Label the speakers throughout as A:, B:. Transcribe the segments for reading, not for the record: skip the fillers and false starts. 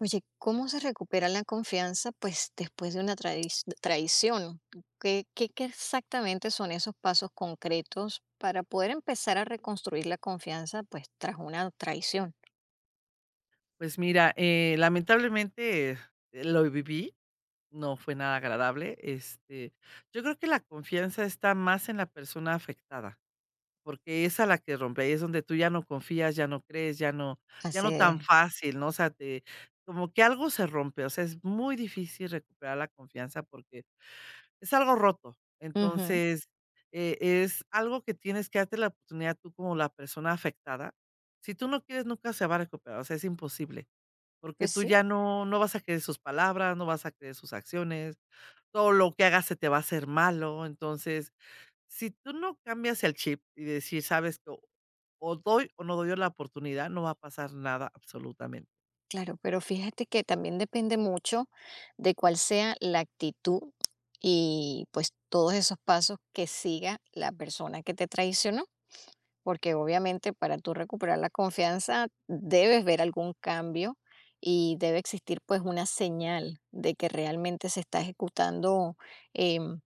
A: Oye, ¿cómo se recupera la confianza, pues, después de una traición? ¿Qué exactamente son esos pasos concretos para poder empezar a reconstruir la confianza, pues, tras una traición?
B: Pues mira, lamentablemente lo viví, no fue nada agradable. Yo creo que la confianza está más en la persona afectada, porque es a la que rompe, ahí es donde tú ya no confías, ya no crees, ya no tan
A: Hace,
B: fácil, ¿no? Como que algo se rompe, o sea, es muy difícil recuperar la confianza porque es algo roto.
A: Ujú.
B: Entonces, es algo que tienes que darte la oportunidad tú como la persona afectada. Si tú no quieres, nunca se va a recuperar, o sea, es imposible. Porque
A: Pues
B: tú
A: sí,
B: ya no vas a creer sus palabras, no vas a creer sus acciones, todo lo que hagas se te va a hacer malo. Entonces, si tú no cambias el chip y decir: "Sabes que o doy o no doy la oportunidad", no va a pasar nada absolutamente.
A: claro, pero fíjate que también depende mucho de cuál sea la actitud y pues todos esos pasos que siga la persona que te traicionó. Porque obviamente para tú recuperar la confianza debes ver algún cambio y debe existir pues una señal de que realmente se está ejecutando em,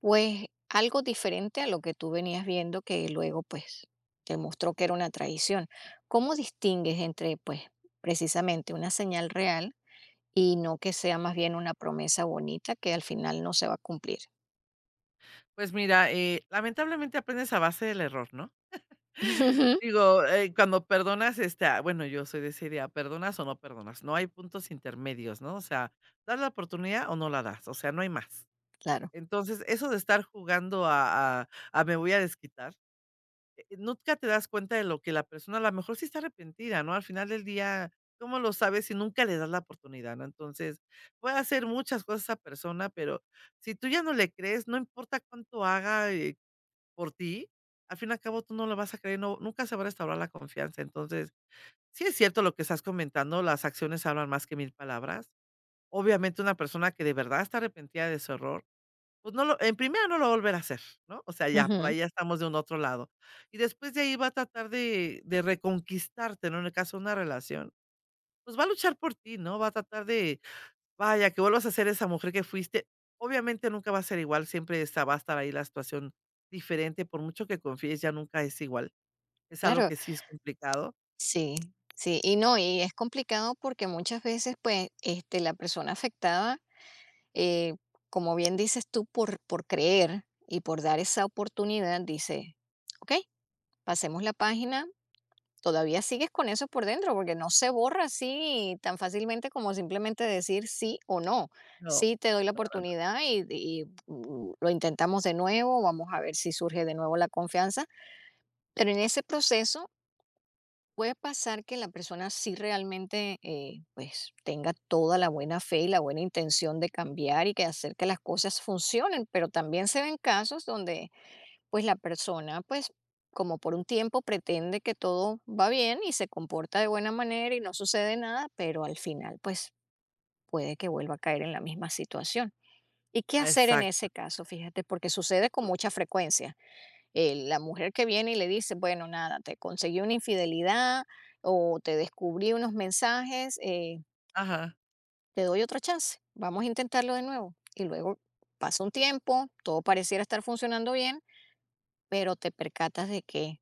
A: pues algo diferente a lo que tú venías viendo que luego pues te mostró que era una traición. ¿Cómo distingues entre pues precisamente una señal real y no que sea más bien una promesa bonita que al final no se va a cumplir?
B: Pues mira, lamentablemente aprendes a base del error, ¿no? Digo, cuando perdonas, bueno, yo soy de esa idea, perdonas o no perdonas, no hay puntos intermedios, ¿no? O sea, ¿das la oportunidad o no la das? O sea, no hay más.
A: Claro.
B: Entonces, eso de estar jugando a me voy a desquitar, nunca te das cuenta de lo que la persona a lo mejor sí está arrepentida, ¿no? Al final del día, ¿cómo lo sabes si nunca le das la oportunidad, no? Entonces, puede hacer muchas cosas esa persona, pero si tú ya no le crees, no importa cuánto haga, por ti, al fin y al cabo tú no lo vas a creer, nunca se va a restaurar la confianza. Entonces, sí es cierto lo que estás comentando, las acciones hablan más que 1000 palabras. Obviamente, una persona que de verdad está arrepentida de su error pues no lo en primera no lo va a volver a hacer, ¿no? O sea, ya por
A: Ujú.
B: ahí ya estamos de un otro lado. Y después de ahí va a tratar de reconquistarte, ¿no? En el caso de una relación, pues va a luchar por ti, ¿no? Va a tratar de, vaya, que vuelvas a ser esa mujer que fuiste. Obviamente nunca va a ser igual, siempre está va a estar ahí la situación diferente, por mucho que confíes, ya nunca es igual. Es algo
A: Claro.
B: que sí es complicado.
A: Sí, sí, y no, y es complicado porque muchas veces, pues, este, la persona afectada, eh, como bien dices tú, por creer y por dar esa oportunidad, dice, ok, pasemos la página, todavía sigues con eso por dentro, porque no se borra así tan fácilmente como simplemente decir sí o no.
B: No,
A: Sí, te doy la oportunidad y lo intentamos de nuevo, vamos a ver si surge de nuevo la confianza, pero en ese proceso puede pasar que la persona sí realmente, pues, tenga toda la buena fe y la buena intención de cambiar y que hacer que las cosas funcionen, pero también se ven casos donde, pues, la persona, pues, como por un tiempo pretende que todo va bien y se comporta de buena manera y no sucede nada, pero al final, pues, puede que vuelva a caer en la misma situación. ¿Y qué
B: ah,
A: hacer en
B: exacto.
A: ese caso? Fíjate, porque sucede con mucha frecuencia la mujer que viene y le dice, bueno, nada, te conseguí una infidelidad o te descubrí unos mensajes,
B: Ajá.
A: te doy otra chance, vamos a intentarlo de nuevo. Y luego pasa un tiempo, todo pareciera estar funcionando bien, pero te percatas de que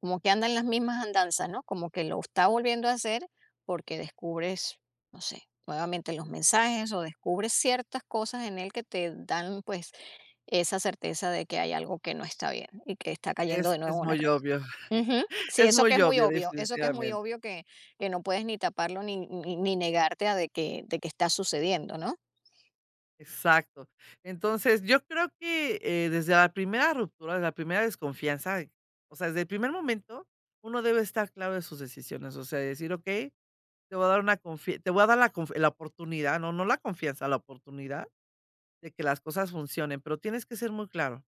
A: como que andan las mismas andanzas, ¿no? Como que lo está volviendo a hacer porque descubres, no sé, nuevamente los mensajes o descubres ciertas cosas en él que te dan pues esa certeza de que hay algo que no está bien y que está cayendo
B: Es
A: de nuevo
B: es
A: en una
B: muy
A: traición.
B: obvio,
A: Ujú. Sí,
B: es
A: eso que
B: muy
A: es muy
B: obvio,
A: obvio, eso que es muy
B: definitivamente.
A: obvio que no puedes ni taparlo ni negarte a de que está sucediendo, ¿no?
B: Exacto. Entonces, yo creo que, desde la primera ruptura, desde la primera desconfianza, o sea, desde el primer momento, uno debe estar claro de sus decisiones, o sea, decir: "Okey, te voy a dar la oportunidad", no la confianza, la oportunidad de que las cosas funcionen, pero tienes que ser muy claro.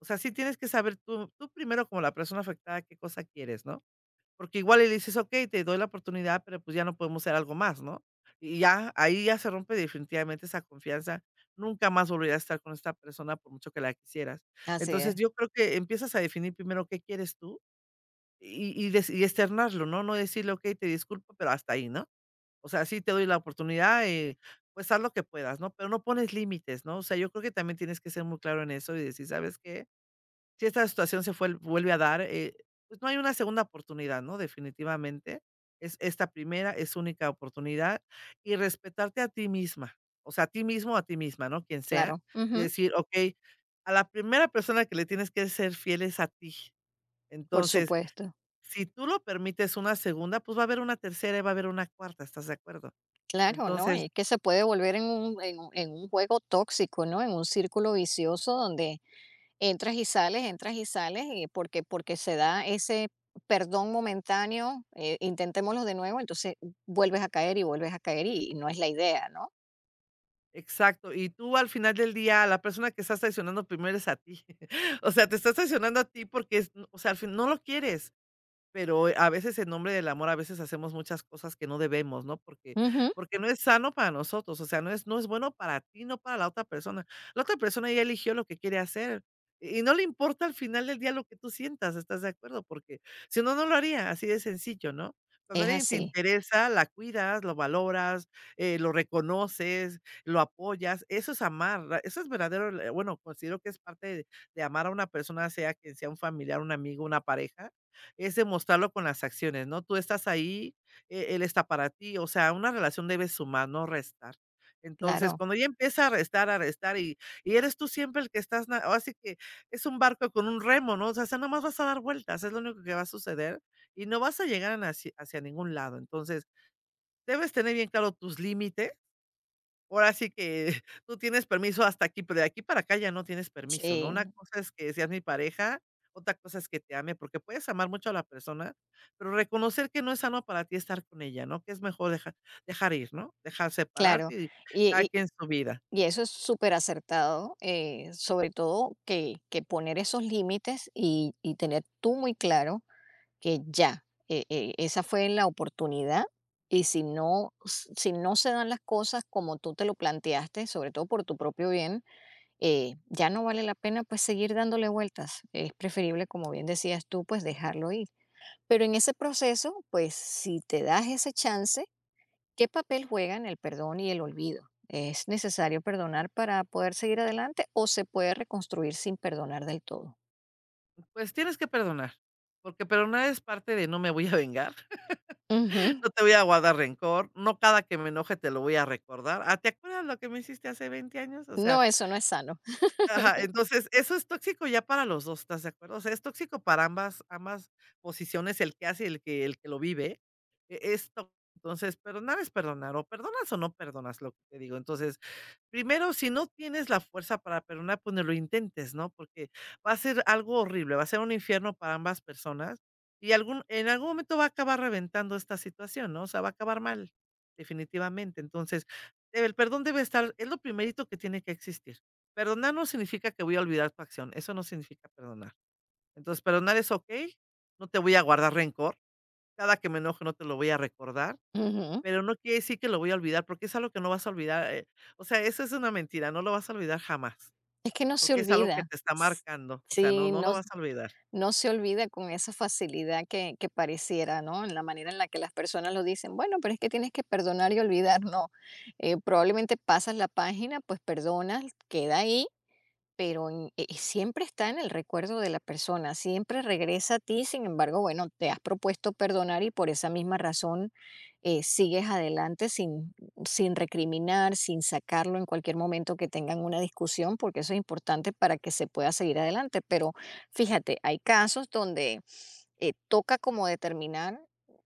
B: O sea, sí tienes que saber tú primero como la persona afectada qué cosa quieres, ¿no? Porque igual y le dices: "Okey, te doy la oportunidad, pero, pues, ya no podemos hacer algo más", ¿no? Y ya, ahí ya se rompe definitivamente esa confianza. Nunca más volverías a estar con esta persona por mucho que la quisieras.
A: Así
B: Entonces,
A: es,
B: yo creo que empiezas a definir primero qué quieres tú y externarlo, ¿no? No decirle: "Okey, te disculpo, pero hasta ahí", ¿no? O sea, sí te doy la oportunidad, pues, haz lo que puedas, ¿no? Pero no pones límites, ¿no? O sea, yo creo que también tienes que ser muy claro en eso y decir: "¿Sabes qué? Si esta situación se fue vuelve a dar, pues, no hay una segunda oportunidad, ¿no? Definitivamente, es esta primera, es única oportunidad, y respetarte a ti misma, o sea, a ti mismo o a ti misma, ¿no? Quien sea,
A: claro.
B: y
A: Ujú,
B: decir: "Okey, a la primera persona que le tienes que ser fiel es a ti".
A: por
B: Entonces,
A: supuesto.
B: si tú lo permites una segunda, pues, va a haber una tercera y va a haber una cuarta, ¿estás de acuerdo?
A: Claro, ¿no?
B: Entonces
A: Y que se puede volver en un juego tóxico, ¿no? En un círculo vicioso donde entras y sales, y porque se da ese perdón momentáneo, intentémoslo de nuevo, entonces vuelves a caer y vuelves a caer y no es la idea, ¿no?
B: exacto, y tú al final del día, a la persona que estás traicionando primero es a ti. O sea, te estás traicionando a ti porque es, o sea, al fin no lo quieres. Pero a veces en nombre del amor, a veces hacemos muchas cosas que no debemos, ¿no?
A: Ujú,
B: Porque no es sano para nosotros, o sea, no es bueno para ti, no para la otra persona. La otra persona ya eligió lo que quiere hacer y no le importa al final del día lo que tú sientas, ¿estás de acuerdo? Porque si no, no lo haría, así de sencillo, ¿no? Cuando
A: es
B: alguien te
A: así,
B: interesa, la cuidas, lo valoras, lo reconoces, lo apoyas, eso es amar, la eso es verdadero, bueno, considero que es parte de amar a una persona, sea quien sea un familiar, un amigo, una pareja. Es demostrarlo con las acciones, ¿no? Tú estás ahí, e él está para ti, o sea, una relación debe sumar, no restar. Entonces,
A: claro.
B: cuando ya empieza a restar, y eres tú siempre el que estás na ahora sí que es un barco con un remo, ¿no? O sea, nada más vas a dar vueltas, es lo único que va a suceder y no vas a llegar a naci hacia ningún lado. Entonces, debes tener bien claro tus límites. Ahora sí que tú tienes permiso hasta aquí, pero de aquí para acá ya no tienes permiso, ¿no? Una
A: Sí.
B: cosa es que seas mi pareja, otra cosa es que te ame, porque puedes amar mucho a la persona, pero reconocer que no es sano para ti estar con ella, ¿no? Que es mejor dejar ir, ¿no? Dejar
A: Claro,
B: separarte y
A: y
B: cada
A: y
B: quien su vida.
A: y eso es superacertado, sobre todo que poner esos límites y tener tú muy claro que ya, esa fue la oportunidad, y si no se dan las cosas como tú te lo planteaste, sobre todo por tu propio bien, ya no vale la pena, pues, seguir dándole vueltas. Es preferible, como bien decías tú, pues, dejarlo ir. Pero en ese proceso, pues, si te das ese chance, ¿qué papel juegan el perdón y el olvido? ¿Es necesario perdonar para poder seguir adelante o se puede reconstruir sin perdonar del todo?
B: Pues tienes que perdonar, porque perdonar es parte de no me voy a vengar,
A: Ujú.
B: no te voy a guardar rencor, no cada que me enoje te lo voy a recordar. Ah, ¿te acuerdas lo que me hiciste hace 20 años? O
A: No,
B: sea,
A: eso no es sano.
B: ajá, entonces, eso es tóxico ya para los dos, ¿estás de acuerdo? O sea, es tóxico para ambas posiciones, el que hace y el que lo vive. E es tó Entonces, perdonar es perdonar, o perdonas o no perdonas, lo que te digo. Entonces, primero, si no tienes la fuerza para perdonar, pues, ni lo intentes, ¿no? Porque va a ser algo horrible, va a ser un infierno para ambas personas, y algún momento va a acabar reventando esta situación, ¿no? O sea, va a acabar mal, definitivamente. Entonces, el perdón debe estar es lo primerito que tiene que existir. Perdonar no significa que voy a olvidar tu acción, eso no significa perdonar. Entonces, perdonar es okey, no te voy a guardar rencor, cada que me enoje no te lo voy a recordar,
A: Ujú.
B: pero no quiere decir que lo voy a olvidar, porque es algo que no vas a olvidar, o sea, eso es una mentira, no lo vas a olvidar jamás,
A: Es que no se
B: porque es algo que
A: olvida.
B: te está marcando, o sea, no,
A: Sí,
B: no
A: no,
B: lo vas a olvidar.
A: no se olvida con esa facilidad que pareciera, ¿no? En la manera en la que las personas lo dicen, bueno, pero es que tienes que perdonar y olvidar, no. Probablemente pasas la página, pues perdonas, queda ahí pero siempre está en el recuerdo de la persona, siempre regresa a ti, sin embargo, bueno, te has propuesto perdonar y por esa misma razón sigues adelante sin, sin recriminar, sin sacarlo en cualquier momento que tengan una discusión, porque eso es importante para que se pueda seguir adelante. Pero fíjate, hay casos donde toca como determinar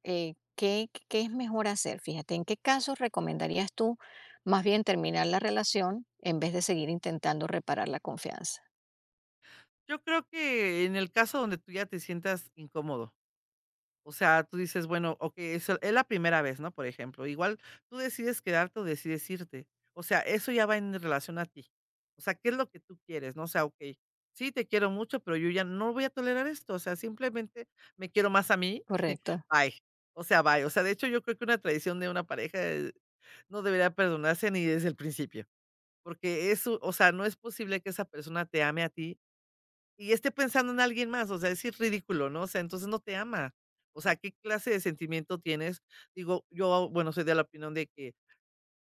A: qué es mejor hacer. Fíjate, ¿en qué casos recomendarías tú? Más bien terminar la relación en vez de seguir intentando reparar la confianza.
B: Yo creo que en el caso donde tú ya te sientas incómodo. O sea, tú dices, bueno, okey, es la primera vez, ¿no? Por ejemplo, igual tú decides quedarte o decides irte. O sea, eso ya va en relación a ti. O sea, ¿qué es lo que tú quieres, no? O sea, okey, sí, te quiero mucho, pero yo ya no voy a tolerar esto. O sea, simplemente me quiero más a mí,
A: Correcto,
B: bye. O sea, bye. O sea, de hecho, yo creo que una traición de una pareja, no debería perdonarse ni desde el principio, porque eso, o sea, no es posible que esa persona te ame a ti y esté pensando en alguien más, o sea, es ir ridículo, ¿no? O sea, entonces no te ama. O sea, ¿qué clase de sentimiento tienes? Digo, yo, bueno, soy de la opinión de que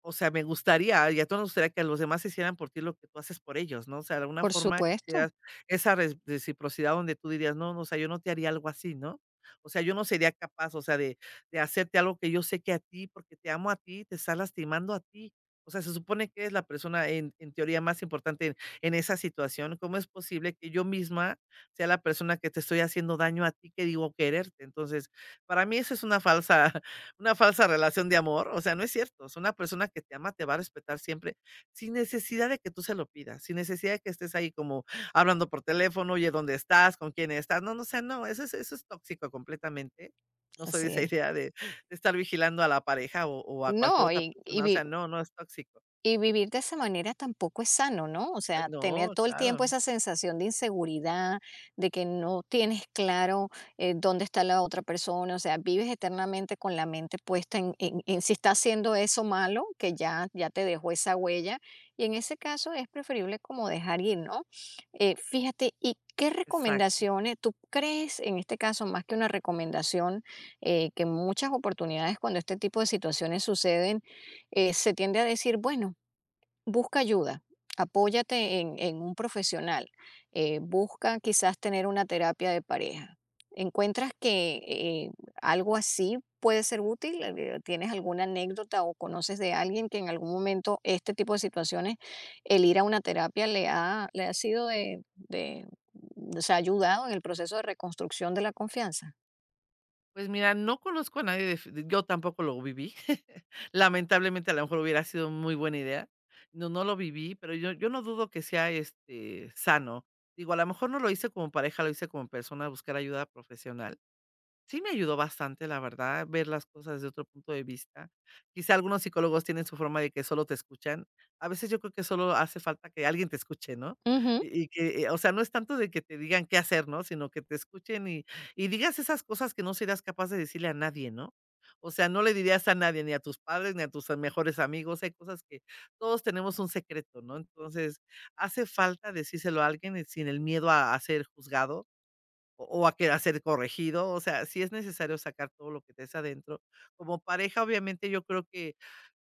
B: o sea, me gustaría, y a todos nos gustaría que los demás hicieran por ti lo que tú haces por ellos, ¿no? O sea, de alguna
A: por
B: forma
A: supuesto,
B: quisieras esa res reciprocidad donde tú dirías: "No, no, o sea, yo no te haría algo así", ¿no? O sea, yo no sería capaz, o sea, de hacerte algo que yo sé que a ti, porque te amo a ti, te está lastimando a ti. O sea, se supone que eres la persona en teoría más importante en esa situación, ¿cómo es posible que yo misma sea la persona que te estoy haciendo daño a ti que digo quererte? Entonces, para mí eso es una falsa relación de amor, o sea, no es cierto, es una persona que te ama, te va a respetar siempre, sin necesidad de que tú se lo pidas, sin necesidad de que estés ahí como hablando por teléfono, oye, ¿dónde estás? ¿Con quién estás? No, no, o sea, no, eso es tóxico completamente. No soy de
A: así
B: esa
A: es.
B: idea de estar vigilando a la pareja o a cualquier
A: No,
B: otra persona, o sea, no, no es tóxico.
A: y vivir de esa manera tampoco es sano, ¿no? O sea, tener
B: No,
A: todo el tiempo
B: claro,
A: esa sensación de inseguridad, de que no tienes claro dónde está la otra persona, o sea, vives eternamente con la mente puesta en, en si está haciendo eso malo, que ya, ya te dejó esa huella, y en ese caso es preferible como dejar ir, ¿no? Fíjate, ¿y qué
B: exacto.
A: recomendaciones tú crees, en este caso, más que una recomendación, que en muchas oportunidades cuando este tipo de situaciones suceden, se tiende a decir, bueno, busca ayuda, apóyate en un profesional, busca quizás tener una terapia de pareja. ¿Encuentras que algo así puede ser útil? ¿Tienes alguna anécdota o conoces de alguien que en algún momento este tipo de situaciones, el ir a una terapia le ha sido o sea, ha ayudado en el proceso de reconstrucción de la confianza?
B: Pues mira, no conozco a nadie, def yo tampoco lo viví. Lamentablemente, a lo mejor hubiera sido muy buena idea. No, no lo viví, pero yo no dudo que sea, sano. Digo, a lo mejor no lo hice como pareja, lo hice como persona, buscar ayuda profesional. Sí me ayudó bastante, la verdad, ver las cosas de otro punto de vista. Quizá algunos psicólogos tienen su forma de que solo te escuchan. A veces yo creo que solo hace falta que alguien te escuche, ¿no?
A: Ujú.
B: Y que, o sea, no es tanto de que te digan qué hacer, ¿no? Sino que te escuchen y digas esas cosas que no serías capaz de decirle a nadie, ¿no? O sea, no le dirías a nadie, ni a tus padres, ni a tus mejores amigos. Hay cosas que todos tenemos un secreto, ¿no? Entonces, hace falta decírselo a alguien sin el miedo a ser juzgado o a que a ser corregido, o sea, sí es necesario sacar todo lo que te es adentro. Como pareja, obviamente, yo creo que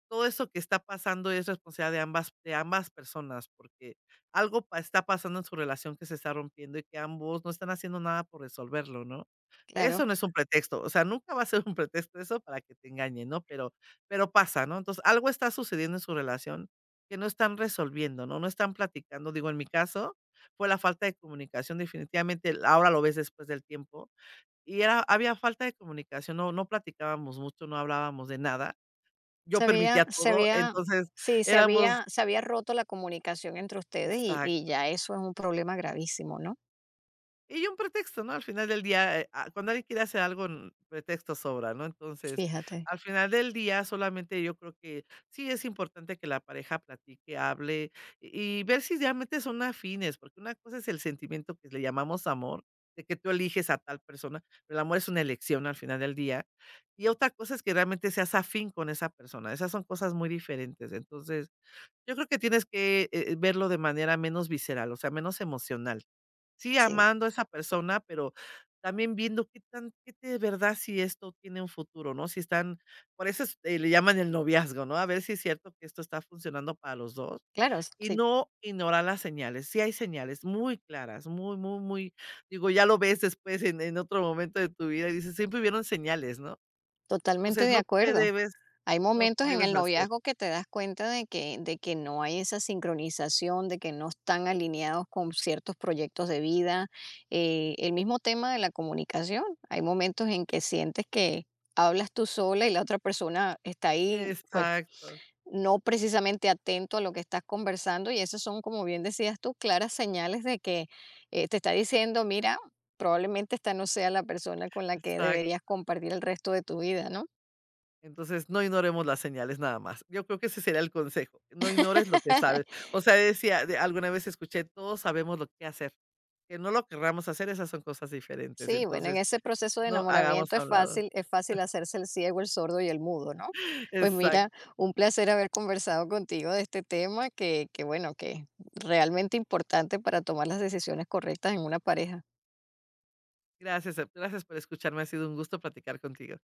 B: todo eso que está pasando es responsabilidad de ambas personas, porque algo pa está pasando en su relación que se está rompiendo y que ambos no están haciendo nada por resolverlo, ¿no?
A: Claro.
B: Eso no es un pretexto, o sea, nunca va a ser un pretexto eso para que te engañen, ¿no? Pero pasa, ¿no? Entonces, algo está sucediendo en su relación que no están resolviendo, ¿no? No están platicando, digo, en mi caso, fue la falta de comunicación, definitivamente, ahora lo ves después del tiempo, y era había falta de comunicación, no platicábamos mucho, no hablábamos de nada. Yo permitía
A: Se
B: todo,
A: había
B: entonces
A: Sí, se
B: éramos
A: había se había roto la comunicación entre ustedes y
B: exacto.
A: ya eso es un problema gravísimo, ¿no?
B: Y un pretexto, ¿no? Al final del día, cuando alguien quiere hacer algo, pretexto sobra, ¿no? Entonces,
A: Fíjate.
B: al final del día, solamente yo creo que sí es importante que la pareja platique, hable y ver si realmente son afines, porque una cosa es el sentimiento que le llamamos amor, de que tú eliges a tal persona, pero el amor es una elección al final del día, y otra cosa es que realmente seas afín con esa persona, esas son cosas muy diferentes. Entonces yo creo que tienes que, verlo de manera menos visceral, o sea, menos emocional. Sí,
A: Sí,
B: amando a esa persona, pero también viendo qué de verdad si esto tiene un futuro, ¿no? Si están Por eso es, le llaman el noviazgo, ¿no? A ver si es cierto que esto está funcionando para los 2
A: claro,
B: y
A: sí,
B: no ignorar las señales. Sí hay señales muy claras, muy, muy, muy, digo, ya lo ves después en otro momento de tu vida y dices: "Siempre hubieron señales", ¿no?
A: totalmente
B: Entonces,
A: de acuerdo. Hay
B: no te
A: momentos en el
B: debes hacer.
A: noviazgo que te das cuenta de que no hay esa sincronización, de que no están alineados con ciertos proyectos de vida. El mismo tema de la comunicación, hay momentos en que sientes que hablas tú sola y la otra persona está ahí, pues,
B: Exacto,
A: no precisamente atento a lo que estás conversando y esos son, como bien decías tú, claras señales de que te está diciendo, mira, probablemente esta no sea la persona con la que
B: exacto.
A: deberías compartir el resto de tu vida, ¿no?
B: Entonces, no ignoremos las señales nada más. Yo creo que ese sería el consejo, no ignores lo que sabes. O sea, decía, de alguna vez escuché, todos sabemos lo que hacer, que no lo querramos hacer, esas son cosas diferentes.
A: Sí, bueno, en
B: Entonces,
A: ese proceso de
B: no hagamos
A: enamoramiento
B: a un lado.
A: es fácil hacerse el ciego, el sordo y el mudo, ¿no? Pues mira,
B: Exacto.
A: un placer haber conversado contigo de este tema que bueno, que es realmente importante para tomar las decisiones correctas en una pareja.
B: Gracias, gracias por escucharme, ha sido un gusto platicar contigo.